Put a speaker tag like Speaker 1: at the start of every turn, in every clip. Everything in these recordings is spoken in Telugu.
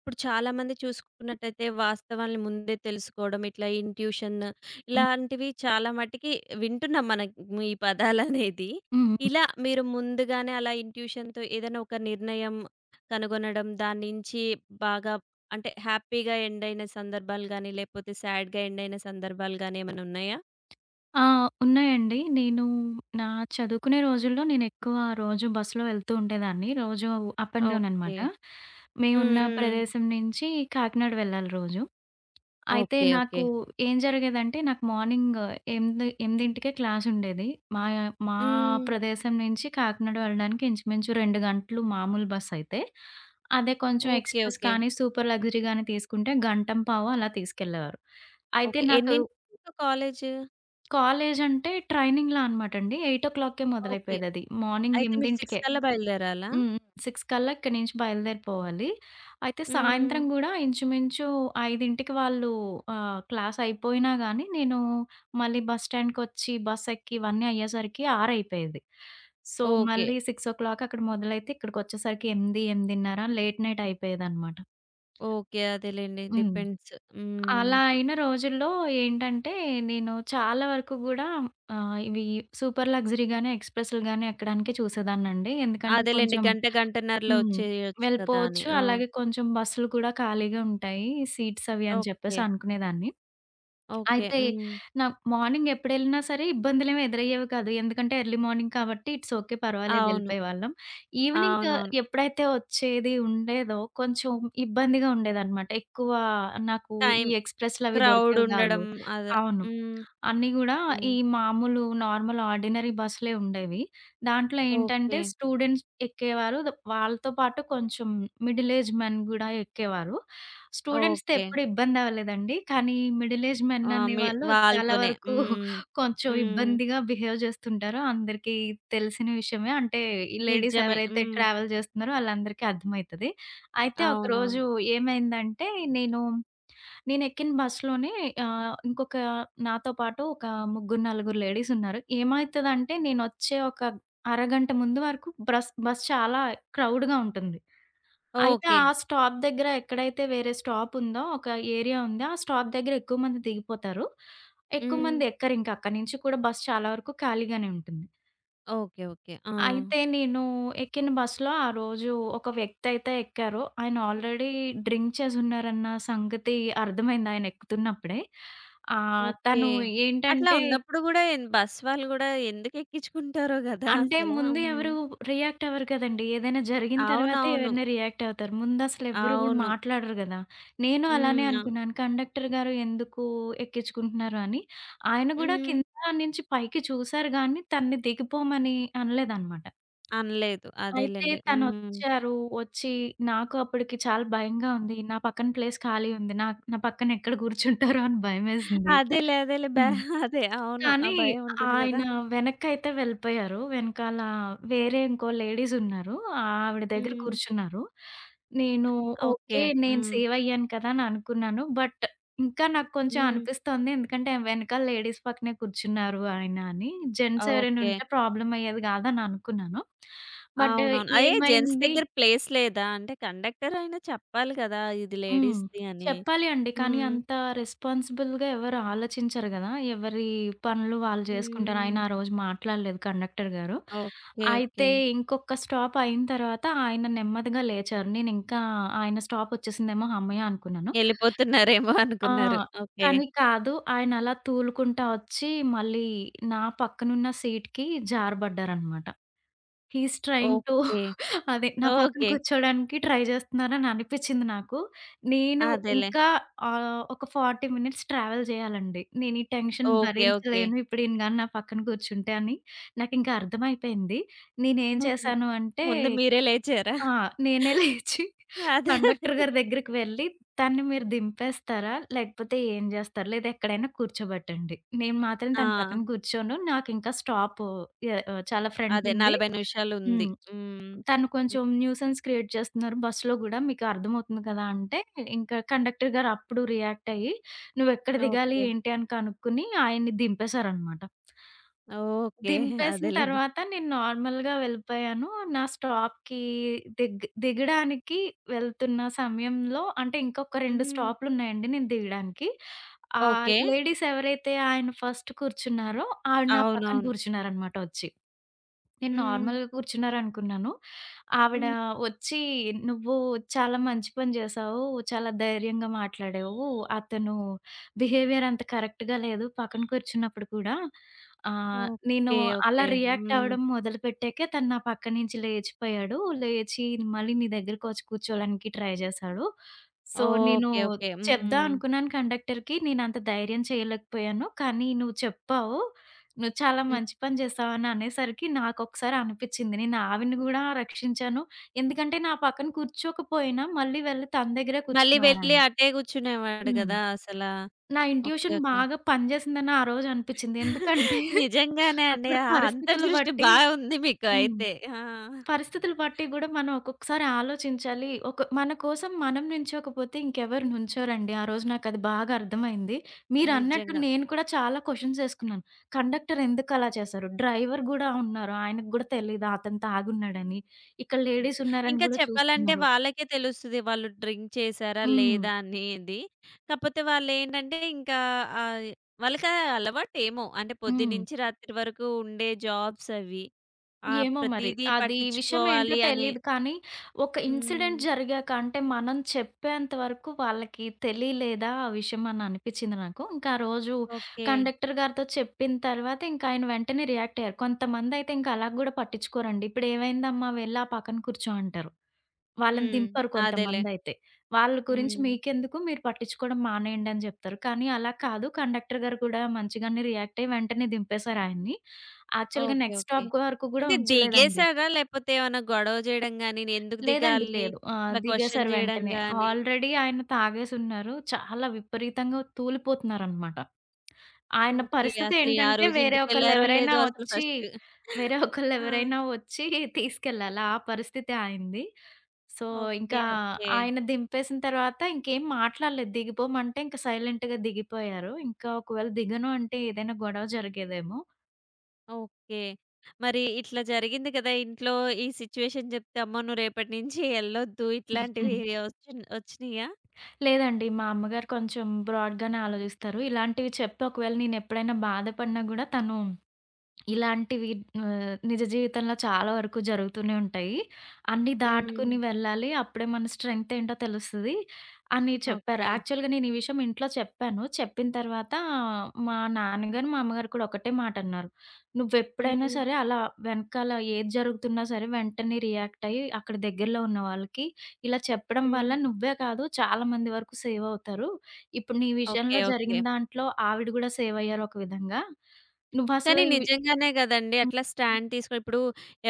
Speaker 1: ఇప్పుడు చాలామంది చూసుకున్నట్టయితే వాస్తవాల్ని ముందే తెలుసుకోవడం, ఇట్లా ఇంట్యూషన్
Speaker 2: హ్మ్.
Speaker 1: ఇలాంటివి చాలా మటికి వింటున్నాం మనం ఈ పదాలనేది.
Speaker 2: హ్మ్. హ్మ్.
Speaker 1: ఇలా మీరు ముందుగానే అలా ఇంట్యూషన్‌తో ఏదైనా ఒక నిర్ణయం కనుగొనడం, దాని నుంచి బాగా అంటే హ్యాపీగా ఎండ్ అయిన సందర్భాలు గానీ, లేకపోతే సాడ్‌గా ఎండ్ అయిన సందర్భాలు గానీ ఏమైనా ఉన్నాయా?
Speaker 2: ఆ! ఉన్నాయండి. నా చదువుకునే రోజుల్లో నేనెక్కువ రోజు బస్సులో వెళ్తూ ఉండేదాన్ని. రోజు అప్ అండ్ డౌన్
Speaker 1: ఓకే.
Speaker 2: అనమాట. మేమున్న
Speaker 1: హ్మ్. హ్మ్.
Speaker 2: ప్రదేశం నుంచి కాకినాడ వెళ్ళాలి రోజు. అయితే
Speaker 1: ఓకే. ఓకే.
Speaker 2: నాకు ఏం జరిగేదంటే నాకు మార్నింగ్ 8, 8కే క్లాస్ ఉండేది. మా మా
Speaker 1: హ్మ్.
Speaker 2: ప్రదేశం నుంచి కాకినాడ వెళ్ళడానికి ఇంచుమించు 2 గంటలు మామూలు బస్ అయితే. అదే కొంచెం
Speaker 1: ఓకే.
Speaker 2: Express
Speaker 1: okay.
Speaker 2: కానీ, సూపర్ లగ్జరీ గాని తీసుకుంటే గంటంపావు అలా తీసుకెళ్ళేవారు. అయితే
Speaker 1: ఓకే.
Speaker 2: నాకు
Speaker 1: ఎన్నింటికి కాలేజు?
Speaker 2: కాలేజంటే ట్రైనింగ్‌లా అనమాటండి. 8:00కే
Speaker 1: ఓకే.
Speaker 2: మొదలైపోయేదది. మార్నింగ్
Speaker 1: అయితే మీరు 6
Speaker 2: 8కే.
Speaker 1: కల్లా బయలుదేరాలా?
Speaker 2: హ్మ్. 6 కల్లా ఇక్కడి నుంచి బయలుదేరిపోవాలి. అయితే
Speaker 1: హ్మ్.
Speaker 2: సాయంత్రం గూడా ఇంచుమించు 5కి వాళ్ళు క్లాస్ అయిపోయినా గానీ, నేను మళ్ళీ బస్ స్టాండ్‌కొచ్చి బస్సెక్కి ఇవన్నీ అయ్యేసరికి 6 అయిపోయేది. So,
Speaker 1: okay.
Speaker 2: మళ్ళీ 6:00 అక్కడ మొదలైతే ఇక్కడికొచ్చేసరికి 8, 8:30 లేట్ నైట్ అయిపోయేదనమాట.
Speaker 1: ఓకే. అదేలెండి.
Speaker 2: హ్మ్.
Speaker 1: డిపెండ్స్. హ్మ్.
Speaker 2: అలా అయిన రోజుల్లో ఏంటంటే, నేను చాలా వరకు గూడా ఆహ్, ఇవి సూపర్ లగ్జరీ గాని, ఎక్స్‌ప్రెస్‌లు గాని ఎక్కడానికే చూసేదాన్నండి. ఎందుకంటే
Speaker 1: అదేలెండి.
Speaker 2: కొంచెం
Speaker 1: గంట, గంటన్నరలో
Speaker 2: హ్మ్,
Speaker 1: వచ్చేయొచ్చు కదా! అని.
Speaker 2: వెళ్ళిపోవచ్చు.
Speaker 1: ఆ!
Speaker 2: అలాగే కొంచెం బస్సులు కూడా ఖాళీగా ఉంటాయి. సీట్స్ అవి అని
Speaker 1: ఓకే.
Speaker 2: చెప్పేసి అనుకునేదాన్ని.
Speaker 1: ఓకే.
Speaker 2: అయితే
Speaker 1: హ్మ్.
Speaker 2: నా మార్నింగ్ ఎప్పుడెళ్ళినా సరే ఇబ్బందులేమి ఎదురయ్యేవి కాదు. ఎందుకంటే ఎర్లీ మార్నింగ్ కాబట్టి ఇట్స్ ఓకే. పర్వాలేదు
Speaker 1: అవును.
Speaker 2: ఎళ్ళిపోయేవాళ్ళం. ఈవినింగ్
Speaker 1: అవునవును.
Speaker 2: ఎప్పుడైతే వచ్చేది ఉండేదో కొంచెం ఇబ్బందిగా ఉండేదనమాట. ఎక్కువ నాకు
Speaker 1: టైం
Speaker 2: ఈ ఎక్స్‌ప్రెస్‌లవి
Speaker 1: క్రౌడ్
Speaker 2: దొరికేవి కాదు.
Speaker 1: ఉండడం అద
Speaker 2: అవును.
Speaker 1: హ్మ్.
Speaker 2: అన్నీ గూడా
Speaker 1: హ్మ్.
Speaker 2: ఈ మామూలు నార్మల్ ఆర్డినరీ బస్సులే ఉండేవి. దాంట్లో ఏంటంటే
Speaker 1: ఓకే.
Speaker 2: స్టూడెంట్స్ ఎక్కేవారు. వాళ్ళతో పాటు కొంచెం మిడిల్ ఏజ్ మెన్ గూడా ఎక్కేవారు. స్టూడెంట్స్‌తో
Speaker 1: ఓకే.
Speaker 2: ఎప్పుడు ఇబ్బంది అవ్వలేదండి. కానీ మిడిల్ ఏజ్ మెన్
Speaker 1: ఆ! మీ
Speaker 2: అనేవాళ్ళు చాలా
Speaker 1: వాళ్ళతోనే.
Speaker 2: వరకు
Speaker 1: హ్మ్.
Speaker 2: కొంచెం
Speaker 1: హ్మ్.
Speaker 2: ఇబ్బందిగా బిహేవ్ చేస్తుంటారు. అందరికీ తెలిసిన విషయమే. అంటే ఈ లేడీస్
Speaker 1: నిజమే.
Speaker 2: ఎవరైతే
Speaker 1: హ్మ్.
Speaker 2: ట్రావెల్ చేస్తున్నారో ఆళ్ళందరికీ అర్థమైతది. అయితే
Speaker 1: అవునవును.
Speaker 2: ఒకరోజు ఏమైందంటే నేను నేనెక్కిన బస్‌లోనే ఆహ్, ఇంకొక నాతో పాటు ఒక ముగ్గురు, నలుగురు లేడీసున్నారు. ఏమైతదంటే నేనొచ్చే ఒక అరగంట ముందు వరకు బస్ చాలా క్రౌడ్‌గా ఉంటుంది. అయితే
Speaker 1: ఓకే.
Speaker 2: ఆ స్టాప్ దగ్గర ఎక్కడైతే వేరే స్టాపుందో ఒక ఏరియా ఉంది. ఆ స్టాప్ దగ్గర ఎక్కువ మంది దిగిపోతారు. ఎక్కువ
Speaker 1: హ్మ్.
Speaker 2: మంది ఎక్కరింక అక్కడి నుంచి కూడా బస్ చాలా వరకు ఖాళీగానే ఉంటుంది.
Speaker 1: ఓకే. ఓకే. ఆ!
Speaker 2: అయితే నేను ఎక్కిన బస్‌లో ఆ రోజు ఒక వ్యక్తయితే ఎక్కారు. ఆయన ఆల్రెడీ డ్రింక్ చేసున్నారన్న సంగతి అర్థమైంది ఆయన ఎక్కుతున్నప్పుడే. ఆహ్,
Speaker 1: ఓకే.
Speaker 2: తను
Speaker 1: అట్లా
Speaker 2: ఏంటంటే
Speaker 1: ఉన్నప్పుడు గూడా బస్ వాళ్ళు గూడా ఎందుకెక్కించుకుంటారో గదా!
Speaker 2: అంటే
Speaker 1: అసలా.
Speaker 2: ముందు
Speaker 1: హ్మ్.
Speaker 2: ఎవరు రియాక్ట్ అవ్వరు కదండీ. ఏదైనా జరిగిన తర్వాతే
Speaker 1: అవునవును.
Speaker 2: ఎవరైనా రియాక్ట్ అవుతారు. ముందసలు ఎవ్వరు గూడా
Speaker 1: అవును.
Speaker 2: మాట్లాడరు గదా! నేను అలానే
Speaker 1: హ్మ్. అవును.
Speaker 2: అనుకున్నాను. కండక్టర్ గారు ఎందుకు ఎక్కించుకుంటున్నారు అని. ఆయన గూడా
Speaker 1: హ్మ్.
Speaker 2: కింద నుంచి పైకి చూసారు గానీ తనని దిగిపోమని అనలేదనమాట.
Speaker 1: అనలేదు.
Speaker 2: అయితే
Speaker 1: అదేలెండి. హ్మ్.
Speaker 2: తనొచ్చారు. వచ్చి నాకు అప్పటికి చాలా భయంగా ఉంది. నా పక్కన ప్లేస్ ఖాళీ ఉంది. నా నా పక్కన ఎక్కడ కూర్చుంటారో అని భయమేసింది.
Speaker 1: అదేలే. అదేలే. బా
Speaker 2: హ్మ్.
Speaker 1: అదే. అవును. ఆ
Speaker 2: కానీ
Speaker 1: భయం ఉంటది గదా!
Speaker 2: ఆయన వెనక్కైతే వెళ్ళిపోయారు. వెనకాల వేరే ఇంకో లేడీసున్నారు. ఆవిడ దగ్గర
Speaker 1: హ్మ్.
Speaker 2: కూర్చున్నారు. నేను
Speaker 1: ఓకే.
Speaker 2: ఓకే. నేను
Speaker 1: హ్మ్.
Speaker 2: సేవ్ అయ్యాను కదా! అని అనుకున్నాను. బట్ ఇంకా నాకు కొంచెం
Speaker 1: హ్మ్.
Speaker 2: అనిపిస్తోంది. ఎందుకంటే వెనకాల లేడీస్ పక్కనే కూర్చున్నారు ఆయన అని. జెంట్స్ ఎవరైనా
Speaker 1: ఓకే.
Speaker 2: ఉంటే ప్రాబ్లమ్ అయ్యేది కాదని అనుకున్నాను. బట్
Speaker 1: అవునవును. అయ్యే జెంట్స్
Speaker 2: ఏమైంది
Speaker 1: దగ్గర ప్లేస్ లేదా? అంటే కండక్టర్ అయినా చెప్పాలి కదా! ఇది
Speaker 2: హ్మ్.
Speaker 1: లేడీస్‌ది అని.
Speaker 2: చెప్పాలి అండి. కానీ
Speaker 1: హ్మ్.
Speaker 2: అంత రెస్పాన్సిబుల్‌గా ఎవరు ఆలోచించరు గదా! ఎవరి పనులు వాళ్ళు జేసుకుంటారు.
Speaker 1: హ్మ్.
Speaker 2: ఆయన ఆ రోజు మాట్లాడలేదు కండక్టర్ గారు.
Speaker 1: ఓకే. ఓకే.
Speaker 2: అయితే ఇంకొక స్టాప్ అయిన తర్వాత ఆయన నెమ్మదిగా లేచారు. నేనింకా ఆయన స్టాప్ ఒచ్చేసిందేమో హమ్మయ్య! అనుకున్నాను.
Speaker 1: ఎళ్ళిపోతున్నారేమో
Speaker 2: ఆ!
Speaker 1: అనుకున్నారు. ఓకే.
Speaker 2: కానీ కాదు. ఆయన అలా తూలుకుంటా ఒచ్చి మళ్ళీ నా పక్కనున్న సీట్‌కి జారబడ్డారనమాట. He is trying to
Speaker 1: okay.
Speaker 2: అదే. నా పక్కన
Speaker 1: ఓకే.
Speaker 2: కూర్చోడానికి ట్రై జేస్తున్నారని అనిపిచ్చింది నాకు. నేను
Speaker 1: అదేలే.
Speaker 2: ఇంకా ఒక 40 మినిట్స్ ట్రావెల్ జేయాలండి. నేను ఈ టెన్షన్
Speaker 1: ఓకే. ఓకే.
Speaker 2: భరించలేను ఇప్పుడు ఈయన గాని నా పక్కన కూర్చుంటే అని నాకింకా అర్థమైపోయింది. నేనేం
Speaker 1: హుహు.
Speaker 2: చేశాను అంటే
Speaker 1: ముందు మీరే లేచారా?
Speaker 2: ఆ! నేనే లేచి
Speaker 1: అదే.
Speaker 2: కండక్టర్
Speaker 1: అదే.
Speaker 2: గారి దగ్గరికి వెళ్ళి, "తనని మీరు దింపేస్తారా? లేకపోతే ఏం జేస్తారు? లేదా ఎక్కడైనా కూర్చోబెట్టండి. నేను మాత్రం
Speaker 1: ఆ!
Speaker 2: తన పక్కన కూర్చోను. నాకింకా స్టాపు ఎ చాలా
Speaker 1: అదే
Speaker 2: ఫ్రంటుంది."
Speaker 1: 40 నిమిషాలుంది.
Speaker 2: హ్మ్.
Speaker 1: హ్మ్.
Speaker 2: తను
Speaker 1: హ్మ్.
Speaker 2: కొంచెం న్యూసెన్స్ క్రియేట్ చేస్తున్నారు బస్‌లో గూడా మీకు అర్థమవుతుంది కదా! అంటే ఇంకా కండక్టర్ గారు అప్పుడు రియాక్ట్ అయ్యి నువ్వెక్కడ దిగాలి
Speaker 1: ఓకే.
Speaker 2: ఏంటి అని కనుక్కొని ఆయన్ని దింపేశారనమాట.
Speaker 1: ఓకే.
Speaker 2: దింపేసిన
Speaker 1: అదేలెండి.
Speaker 2: తర్వాత నేను నార్మల్‌గా వెళ్ళిపోయాను. నా స్టాప్‌కి దిగడానికి వెళ్తున్న సమయంలో అంటే ఇంకొక 2
Speaker 1: హ్మ్.
Speaker 2: స్టాప్‌లున్నాయండి నేను దిగడానికి. ఆ
Speaker 1: ఓకే.
Speaker 2: లేడీస్ ఎవరైతే ఆయన ఫస్ట్ కూర్చున్నారో ఆవిడ నా పక్కన
Speaker 1: అవునవును.
Speaker 2: కూర్చున్నారనమాట ఒచ్చి. నేను
Speaker 1: హ్మ్.
Speaker 2: నార్మల్‌గా కూర్చున్నారనుకున్నాను. ఆవిడ
Speaker 1: హ్మ్.
Speaker 2: వచ్చి, "నువ్వు చాలా మంచి పని జేశావు. చాలా ధైర్యంగా మాట్లాడావు. అతను బిహేవియర్ అంత కరెక్ట్‌గా లేదు పక్కన కూర్చున్నప్పుడు కూడా. నేను
Speaker 1: ఓకే.
Speaker 2: అలా
Speaker 1: ఓకే.
Speaker 2: రియాక్ట్
Speaker 1: హ్మ్.
Speaker 2: అవ్వడం మొదలుపెట్టాకే తను నా పక్క నుంచి లేచిపోయాడు. లేచి మళ్ళీ నీ దగ్గరకొచ్చి కూర్చోవడానికి ట్రై జేశాడు. సో, నేను
Speaker 1: ఓకే. ఓకే.
Speaker 2: చెప్దాం
Speaker 1: హ్మ్.
Speaker 2: అనుకున్నాను కండక్టర్‌కి. నేనంత ధైర్యం చేయలేకపోయాను. కానీ నువ్వు చెప్పావు." నువ్వు చాలా
Speaker 1: హ్మ్.
Speaker 2: మంచి పని చేశావని అనేసరికి నాకొకసారి అనిపిచ్చింది. నేను ఆవిడని గూడా రక్షించాను. ఎందుకంటే నా పక్కన కూర్చోకపోయినా మళ్ళీ వెళ్ళి తన దగ్గరే
Speaker 1: మళ్ళీ వెళ్ళి
Speaker 2: కూర్చునేవారాయన.
Speaker 1: అటే కూర్చునేవాడు
Speaker 2: హ్మ్.
Speaker 1: గదా! అసలా.
Speaker 2: నా
Speaker 1: ఓకే.
Speaker 2: Intuition
Speaker 1: okay.
Speaker 2: బాగా పనిచేసిందని ఆ రోజు అనిపిచ్చింది. ఎందుకంటే
Speaker 1: నిజంగానే అండి.
Speaker 2: అక్కడ
Speaker 1: ఆ
Speaker 2: పరిస్థితులు
Speaker 1: అంతర్దృష్టి
Speaker 2: బట్టి
Speaker 1: బాగుంది మీకు
Speaker 2: హ్మ్,
Speaker 1: అయితే. ఆ!
Speaker 2: పరిస్థితులు బట్టి గూడా మనం ఒక్కొక్కసారి ఆలోచించాలి. ఒక మన కోసం మనం నించోకపోతే ఇంకెవరు నుంచోరండి. ఆ రోజు నాకది బాగా అర్థమైంది. మీరన్నట్టు
Speaker 1: నిజంగా.
Speaker 2: నేను కూడా చాలా క్వెషన్స్ ఏసుకున్నాను. కండక్టర్ ఎందుకలా చేశారు? డ్రైవర్ గూడా ఉన్నారు. ఆయనకి గూడా తెలీదా అతను తాగున్నాడని? ఇక్కడ
Speaker 1: హ్మ్.
Speaker 2: లేడీసున్నారని
Speaker 1: ఇంకా
Speaker 2: గూడా
Speaker 1: చెప్పాలంటే
Speaker 2: చూస్తున్నారు.
Speaker 1: వాళ్ళకే తెలుస్తది. వాళ్ళు డ్రింక్ చేశారా?
Speaker 2: హ్మ్.
Speaker 1: లేదా? అనేది. కాపోతే వాళ్ళేంటంటే ఇంకా ఆహ్, వాళ్ళకి ఆ అలవాటేమో. అంటే
Speaker 2: హ్మ్.
Speaker 1: పొద్దున్నుంచి రాత్రి వరకు ఉండే జాబ్స్ అవి. ఆ!
Speaker 2: ఏమో మరి.
Speaker 1: ప్రతీదీ
Speaker 2: అది విషయం ఏంటో
Speaker 1: పట్టించుకోవాలి అని.
Speaker 2: తెలీదు. కానీ, ఒక ఇన్సిడెంట్
Speaker 1: హ్మ్.
Speaker 2: జరిగాక అంటే, మనం చెప్పేంత వరకు వాళ్ళకి తెలియలేదా ఆ విషయం అని అనిపిచ్చింది నాకు. ఇంకా ఆ రోజు
Speaker 1: ఓకే.
Speaker 2: కండక్టర్ గారితో చెప్పిన తర్వాత ఇంక ఆయన వెంటనే రియాక్ట్ అయ్యారు. కొంతమందయితే ఇంక అలా గూడా పట్టించుకోరండి. "ఇప్పుడేమైందమ్మా వెళ్లి ఆ పక్కన కూర్చో" అంటారు. వాళ్ళని
Speaker 1: హ్మ్.
Speaker 2: దింపరు
Speaker 1: అదేలే.
Speaker 2: కొంతమందైతే. వాళ్ళ గురించి
Speaker 1: హ్మ్.
Speaker 2: మీకెందుకు మీరు పట్టించుకోవడం మానేయండి అని జెప్తారు. కానీ అలా కాదు కండక్టర్ గారు కూడా మంచిగానే రియాక్ట్ అయ్యి వెంటనే దింపేశారు ఆయన్ని. యాక్చువల్‌గా
Speaker 1: ఓకే.
Speaker 2: Next
Speaker 1: okay.
Speaker 2: స్టాప్ వరకు గూడా
Speaker 1: అంటే
Speaker 2: ఉంచలేదండి.
Speaker 1: దిగేసారా? లేపోతే ఏమన్నా గొడవ జేయడం గాని, "నేనెందుకు
Speaker 2: లేదండి
Speaker 1: దిగాలి?"
Speaker 2: లేదు. ఆ!
Speaker 1: ఇట్లా క్వెషన్
Speaker 2: దిగేశారు
Speaker 1: జేయడం
Speaker 2: వెంటనే.
Speaker 1: గాని.
Speaker 2: ఆల్రెడీ ఆయన తాగేసున్నారు. చాలా విపరీతంగా తూలిపోతున్నారనమాట. ఆయన
Speaker 1: ఓకే. అసలు ఆ
Speaker 2: పరిస్థితేంటంటే,
Speaker 1: రోజు ఇంటికెళ్లారో లేదో అసలు ఫస్ట్.
Speaker 2: వేరే
Speaker 1: ఆ!
Speaker 2: ఒకళ్ళెవరైనా ఒచ్చి తీసుకెళ్ళాలి. ఆ పరిస్థితి ఆయనది. So,
Speaker 1: okay.
Speaker 2: ఇంకా
Speaker 1: ఓకే.
Speaker 2: ఆయన దింపేసిన తర్వాత ఇంకేం మాట్లాడలేదు. దిగిపోమంటే ఇంక సైలెంట్‌గా దిగిపోయారు. ఇంకా ఒకవేళ దిగను అంటే ఏదైనా గొడవ జరిగేదేమో.
Speaker 1: ఓకే. మరి ఇట్లా జరిగింది కదా! ఇంట్లో ఈ సిట్యుయేషన్ జెప్తే, "అమ్మో! నువ్వు రేపటి నుంచి ఎళ్ళొద్దు." ఇట్లాంటివి
Speaker 2: హుహు.
Speaker 1: వచ్చినియా?
Speaker 2: లేదండి. మా అమ్మగారు కొంచెం బ్రాడ్‌గానే ఆలోచిస్తారు. ఇలాంటివి చెప్పి ఒకవేళ నేనెప్పుడైనా బాధపడినా గూడా తను ఇలాంటివి నిజ జీవితంలో చాలా వరకు జరుగుతూనే ఉంటాయి. అన్నీ
Speaker 1: హ్మ్.
Speaker 2: దాటుకొని వెళ్ళాలి. అప్పుడే మన స్ట్రెంగ్త్ ఏంటో తెలుస్తది అని చెప్పారు.
Speaker 1: ఓకే.
Speaker 2: యాక్చువల్‌గా నేను ఈ విషయం ఇంట్లో చెప్పాను. చెప్పిన తర్వాత మా నాన్నగారు, మా అమ్మగారు కూడా ఒకటే మాటన్నారు. "నువ్వెప్పుడైనా
Speaker 1: హ్మ్.
Speaker 2: సరే అలా వెనకాల ఏది జరుగుతున్నా సరే వెంటనే రియాక్ట్ అయ్యి అక్కడ దగ్గరలో ఉన్న వాళ్ళకి ఇలా చెప్పడం వల్ల
Speaker 1: హ్మ్.
Speaker 2: నువ్వే కాదు చాలా మంది వరకు సేవ్ అవుతారు. ఇప్పుడు నీ
Speaker 1: ఓకే.
Speaker 2: విషయంలో
Speaker 1: ఓకే.
Speaker 2: జరిగిన దాంట్లో ఆవిడ గూడా సేవ్ అయ్యారు ఒక విధంగా.
Speaker 1: కానీ
Speaker 2: నువ్వసలు ఇవి"
Speaker 1: నిజంగానే గదండీ!
Speaker 2: హ్మ్.
Speaker 1: అట్లా స్టాండ్ తీసుకొని ఇప్పుడు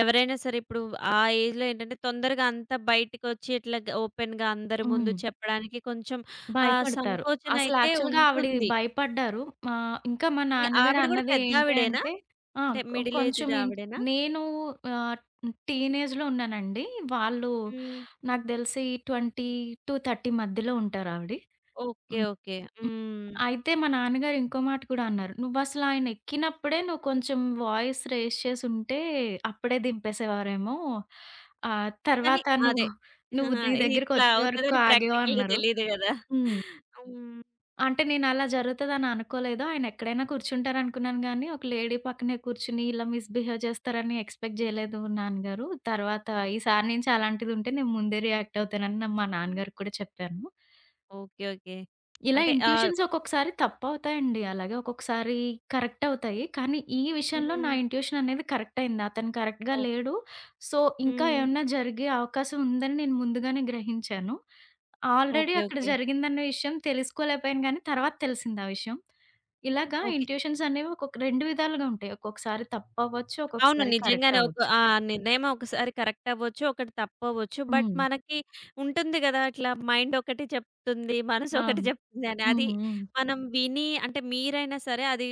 Speaker 1: ఎవరైనా సరే ఇప్పుడు ఆ ఏజ్‌లో ఏంటంటే తొందరగా అంతా బయటికొచ్చి ఇట్లా గ ఓపెన్‌గా అందరి ముందు
Speaker 2: హ్మ్.
Speaker 1: చెప్పడానికి కొంచెం ఆహ్,
Speaker 2: భయపడతారు.
Speaker 1: సంకోచన
Speaker 2: అసలు
Speaker 1: అయితే
Speaker 2: యాక్చువల్‌గా ఆవిడ
Speaker 1: ఉంటుంది.
Speaker 2: భయపడ్డారు. మా ఇంకా మా
Speaker 1: ఇంగ
Speaker 2: నాన్నగారు
Speaker 1: ఆవిడ గూడా
Speaker 2: అన్నది ఏంటి
Speaker 1: పెద్దావిడేనా?
Speaker 2: అంటే ఆ!
Speaker 1: అంటే మిడిల్
Speaker 2: కొంచెం
Speaker 1: ఏజ్‌డ్ ఆవిడేనా?
Speaker 2: నేను ఆహ్, టీనేజ్‌లో ఉన్నానండి. వాళ్ళు
Speaker 1: హ్మ్.
Speaker 2: నాకు తెలిసి 20-30 మధ్యలో ఉంటారావిడ.
Speaker 1: ఓకే.
Speaker 2: హ్మ్.
Speaker 1: ఓకే.
Speaker 2: హ్మ్.
Speaker 1: హ్మ్.
Speaker 2: అయితే మా నాన్నగారు ఇంకో మాట కూడా అన్నారు. "నువ్వసలు ఆయన ఎక్కినప్పుడే నువ్వు కొంచెం వాయిస్ రేజ్ చేసుంటే అప్పుడే దింపేసేవారేమో.
Speaker 1: కానీ
Speaker 2: తర్వాత
Speaker 1: అదే.
Speaker 2: నువ్వు
Speaker 1: ఆ!
Speaker 2: నువ్వు నీ
Speaker 1: ఇట్లా
Speaker 2: దగ్గరికొచ్చే వరకు
Speaker 1: అవుతదని
Speaker 2: ఆగావు"
Speaker 1: ప్రాక్టికల్‌గా
Speaker 2: అన్నారు.
Speaker 1: తెలీదు గదా!
Speaker 2: హ్మ్.
Speaker 1: హ్మ్.
Speaker 2: అంటే నేనలా జరుగుతదని అనుకోలేదు. ఆయనెక్కడైనా కూర్చుంటారనుకున్నాను గానీ, ఒక లేడీ పక్కనే కూర్చుని ఇలా మిస్‌బిహేవ్ చేస్తారని ఎక్స్‌పెక్ట్ జేయలేదు నాన్నగారు. తర్వాత ఈసారి నుంచి అలాంటిదుంటే నేను ముందే రియాక్ట్ అవుతానని మా నాన్నగారికి కూడా చెప్పాను.
Speaker 1: ఓకే. ఓకే.
Speaker 2: ఇలా
Speaker 1: అంటే ఆహ్,
Speaker 2: ఇంట్యూషన్స్ ఒక్కొక్కసారి తప్పవుతాయండి. అలాగే ఒక్కొక్కసారి కరెక్ట్ అవుతాయి. కానీ ఈ విషయంలో
Speaker 1: హ్మ్.
Speaker 2: నా ఇంట్యూషన్ అనేది కరెక్ట్ అయింది. అతను కరెక్ట్‌గా
Speaker 1: ఓహ్!
Speaker 2: లేడు. సో, ఇంకా
Speaker 1: హ్మ్.
Speaker 2: ఏమన్నా జరిగే అవకాశం ఉందని నేను ముందుగానే గ్రహించాను. Already
Speaker 1: okay.
Speaker 2: అక్కడ
Speaker 1: ఓకే.
Speaker 2: జరిగిందన్న విషయం తెలుసుకోలేకపోయాను గానీ, తర్వాత తెలిసింది ఆ విషయం. ఇలాగా
Speaker 1: ఓకే.
Speaker 2: ఇంట్యూషన్స్ అనేవి ఒక్కొక్క 2 విధాలుగా ఉంటాయి. ఒక్కొక్కసారి తప్పవ్వచ్చు.
Speaker 1: అవును.
Speaker 2: ఒక్కొక్కసారి కరెక్ట్
Speaker 1: నిజంగానే ఒక
Speaker 2: అవ్వచ్చు.
Speaker 1: ఆ నిర్ణయం ఒకసారి కరెక్ట్ అవ్వచ్చు. ఒకటి తప్పవచ్చు. బట్
Speaker 2: హ్మ్.
Speaker 1: మనకి ఉంటుంది గదా! ఇట్లా మైండ్ ఒకటి చెప్తుంది. మనసు ఒకటి
Speaker 2: అవును.
Speaker 1: చెప్తుంది అని.
Speaker 2: హ్మ్.
Speaker 1: అది
Speaker 2: హ్మ్.
Speaker 1: మనం విని అంటే మీరైనా సరే అది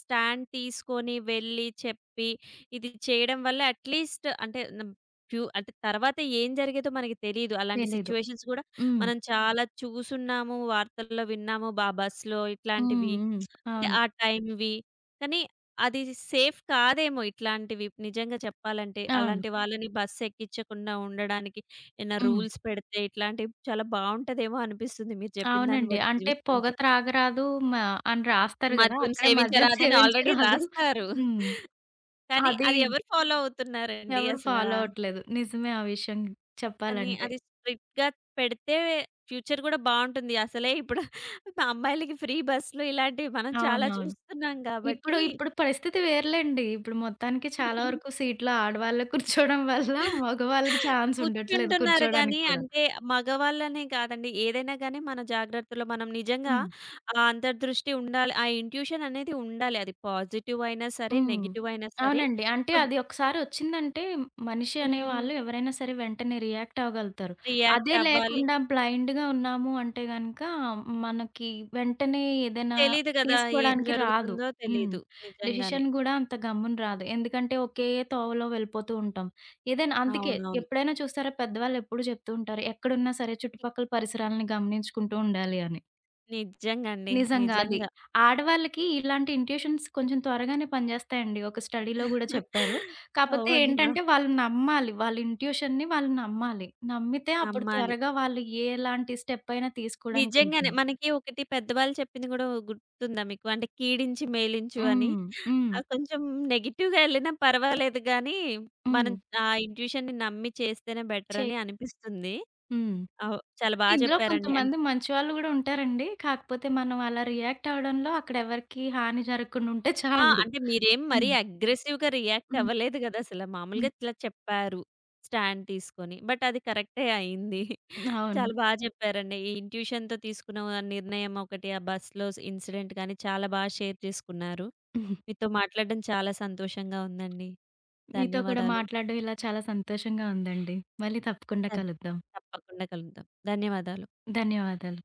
Speaker 1: స్టాండ్ తీసుకొని వెళ్ళి చెప్పి ఇది చేయడం వల్ల అట్‌లీస్ట్ అంటే ఫ్యూ అంటే తర్వాత ఏం జరిగేదో మనకి తెలీదు. అలాంటి
Speaker 2: తెలీదు.
Speaker 1: సిట్యుయేషన్స్ గూడా
Speaker 2: హ్మ్.
Speaker 1: మనం చాలా చూసున్నాము. వార్తల్లో విన్నాము. బస్‌లో
Speaker 2: హ్మ్.
Speaker 1: ఇట్లాంటివి.
Speaker 2: హ్మ్.
Speaker 1: అంటే
Speaker 2: అవును.
Speaker 1: ఆ టైంవి. కానీ అది సేఫ్ కాదేమో ఇట్లాంటివి నిజంగా చెప్పాలంటే.
Speaker 2: అవును.
Speaker 1: అలాంటి వాళ్ళని బస్ ఎక్కిచ్చకుండా ఉండడానికి ఏమైనా
Speaker 2: హ్మ్.
Speaker 1: రూల్స్ పెడితే ఇట్లాంటివి చాలా బావుంటదేమో అనిపిస్తుంది మీరు చెప్పిన దాన్ని
Speaker 2: అవునండి.
Speaker 1: బట్టి
Speaker 2: అంటే పొగ
Speaker 1: చూస్తుంటే.
Speaker 2: త్రాగరాదు మ అని రాస్తారు గదా!
Speaker 1: మద్యం
Speaker 2: అక్కడే మద్యం
Speaker 1: సేవించరాదని ఆల్రెడీ
Speaker 2: సేవించరాదు.
Speaker 1: రాస్తారు.
Speaker 2: హ్మ్.
Speaker 1: కానీ
Speaker 2: అది
Speaker 1: అది ఎవరు ఫాలో అవుతున్నారండి
Speaker 2: ఎవరు
Speaker 1: అసలా?
Speaker 2: ఫాలో అవ్వట్లేదు. నిజమే ఆ విషయం
Speaker 1: కానీ
Speaker 2: చెప్పాలంటే.
Speaker 1: అది స్ట్రిక్ట్‌గా పెడితే ఫ్యూచర్ గూడా బావుంటుంది. అసలే ఇప్పుడు అమ్మాయిలకి ఫ్రీ బస్‌లు ఇలాంటివి మనం చాలా
Speaker 2: అవునవును.
Speaker 1: చూస్తున్నాం
Speaker 2: ఇప్పుడు
Speaker 1: కాబట్టి
Speaker 2: ఇప్పుడు పరిస్థితి వేరులెండి. ఇప్పుడు మొత్తానికి చాలా వరకు సీట్‌లో ఆడవాళ్ళే కూర్చోవడం వల్ల మగవాళ్ళకి ఛాన్స్ ఉండట్లేదు
Speaker 1: కూర్చుంటున్నారు గానీ,
Speaker 2: కూర్చోవడానికి కూడా.
Speaker 1: అంటే మగవాళ్ళనే కాదండి. ఏదైనా గానీ మన జాగ్రత్తలో మనం నిజంగా
Speaker 2: హ్మ్.
Speaker 1: ఆ అంతర్దృష్టి ఉండాలి. ఆ ఇంట్యూషన్ అనేది ఉండాలి. అది పాజిటివ్ అయినా సరే,
Speaker 2: హ్మ్.
Speaker 1: నెగెటివ్ అయినా సరే.
Speaker 2: అవునండి. అంటే
Speaker 1: కొన్
Speaker 2: అది ఒకసారి వచ్చిందంటే మనిషి
Speaker 1: హ్మ్.
Speaker 2: అనేవాళ్ళు ఎవరైనా సరే వెంటనే రియాక్ట్ అవ్వగలుగుతారు.
Speaker 1: రియాక్ట్
Speaker 2: అదే
Speaker 1: అవ్వాలి.
Speaker 2: లేకుండా బ్లైండ్‌గా ఉన్నాము అంటే గనక మనకి వెంటనే ఏదైనా
Speaker 1: తెలీదు గదా! ఏం
Speaker 2: తీసుకోవడానికి రాదు.
Speaker 1: జరుగుతుందో
Speaker 2: హ్మ్.
Speaker 1: తెలీదు. నిజంగానే.
Speaker 2: డెసిషన్ గూడా అంత గమ్మున రాదు. ఎందుకంటే ఒకే తోవలో వెళ్ళిపోతూ ఉంటాం. ఏదైనా అందుకే
Speaker 1: అవునవును.
Speaker 2: ఎప్పుడైనా చూస్తారా పెద్దవాళ్ళు ఎప్పుడు చెప్తూ ఉంటారు. ఎక్కడున్నా సరే చుట్టుపక్కల పరిసరాలను గమనించుకుంటూ ఉండాలి అని.
Speaker 1: నిజంగండి.
Speaker 2: నిజంగా అది.
Speaker 1: నిజంగా.
Speaker 2: ఆడవాళ్ళకి ఇలాంటి ఇంట్యూషన్స్ కొంచెం త్వరగానే పనిజేస్తాయండి. ఒక స్టడీలో గూడా చెప్పారు. కాపోతే
Speaker 1: అవును.
Speaker 2: ఏంటంటే వాళ్ళు నమ్మాలి. వాళ్ళ ఇంట్యూషన్‌ని వాళ్ళు నమ్మాలి. నమ్మితే అప్పుడు
Speaker 1: నమ్మాలి.
Speaker 2: త్వరగా వాళ్ళు ఎలాంటి స్టెప్ అయినా
Speaker 1: నిజంగానే.
Speaker 2: తీసుకోవడానికుంటుంది.
Speaker 1: మనకి ఒకటి పెద్దవాళ్ళు చెప్పింది గూడా గుర్తుందా మీకు? అంటే కీడించి మేలించు అని.
Speaker 2: హ్మ్. హ్మ్.
Speaker 1: ఆహ్, కొంచెం నెగెటివ్‌గా ఎళ్ళినా పర్వాలేదు గానీ, మనం
Speaker 2: హ్మ్.
Speaker 1: ఆ ఇంట్యూషన్‌ని నమ్మి చేస్తేనే బెటర్
Speaker 2: చెయ్
Speaker 1: అని అనిపిస్తుంది.
Speaker 2: హ్మ్.
Speaker 1: చాలా
Speaker 2: అంటే
Speaker 1: బా
Speaker 2: ఇందులో
Speaker 1: చెప్పారండి.
Speaker 2: కొంతమంది మంచివాళ్ళు గూడా ఉంటారండి. కాకపోతే మనం అలా రియాక్ట్ అవ్వడంలో అక్కడ ఎవరికీ హాని జరగకుండా ఉంటే
Speaker 1: ఆ!
Speaker 2: చాలు.
Speaker 1: అంటే మీరేం మరీ
Speaker 2: హ్మ్.
Speaker 1: అగ్రెసివ్‌గా రియాక్ట్
Speaker 2: హ్మ్.
Speaker 1: అవ్వలేదు గదా! అసల. మామూలుగా
Speaker 2: హ్మ్.
Speaker 1: ఇట్లా చెప్పారు స్టాండ్ తీసుకొని. బట్ అది కరెక్టే అయింది.
Speaker 2: అవును.
Speaker 1: చాలా బాగా చెప్పారండి. ఈ ఇంట్యూషన్‌తో తీసుకున్న ఆ నిర్ణయం ఒకటి, ఆ బస్‌లో ఇన్సిడెంట్ గాని చాలా బాగా షేర్ చేసుకున్నారు. మీతో మాట్లాడడం చాలా సంతోషంగా ఉందండి.
Speaker 2: మీతో కూడా
Speaker 1: ధన్యవాదాలు.
Speaker 2: మాట్లాడడం ఇలా చాలా సంతోషంగా ఉందండి. మళ్ళీ తప్పకుండా
Speaker 1: ధన్
Speaker 2: కలుద్దాం.
Speaker 1: తప్పకుండా కలుద్దాం. ధన్యవాదాలు.
Speaker 2: ధన్యవాదాలు.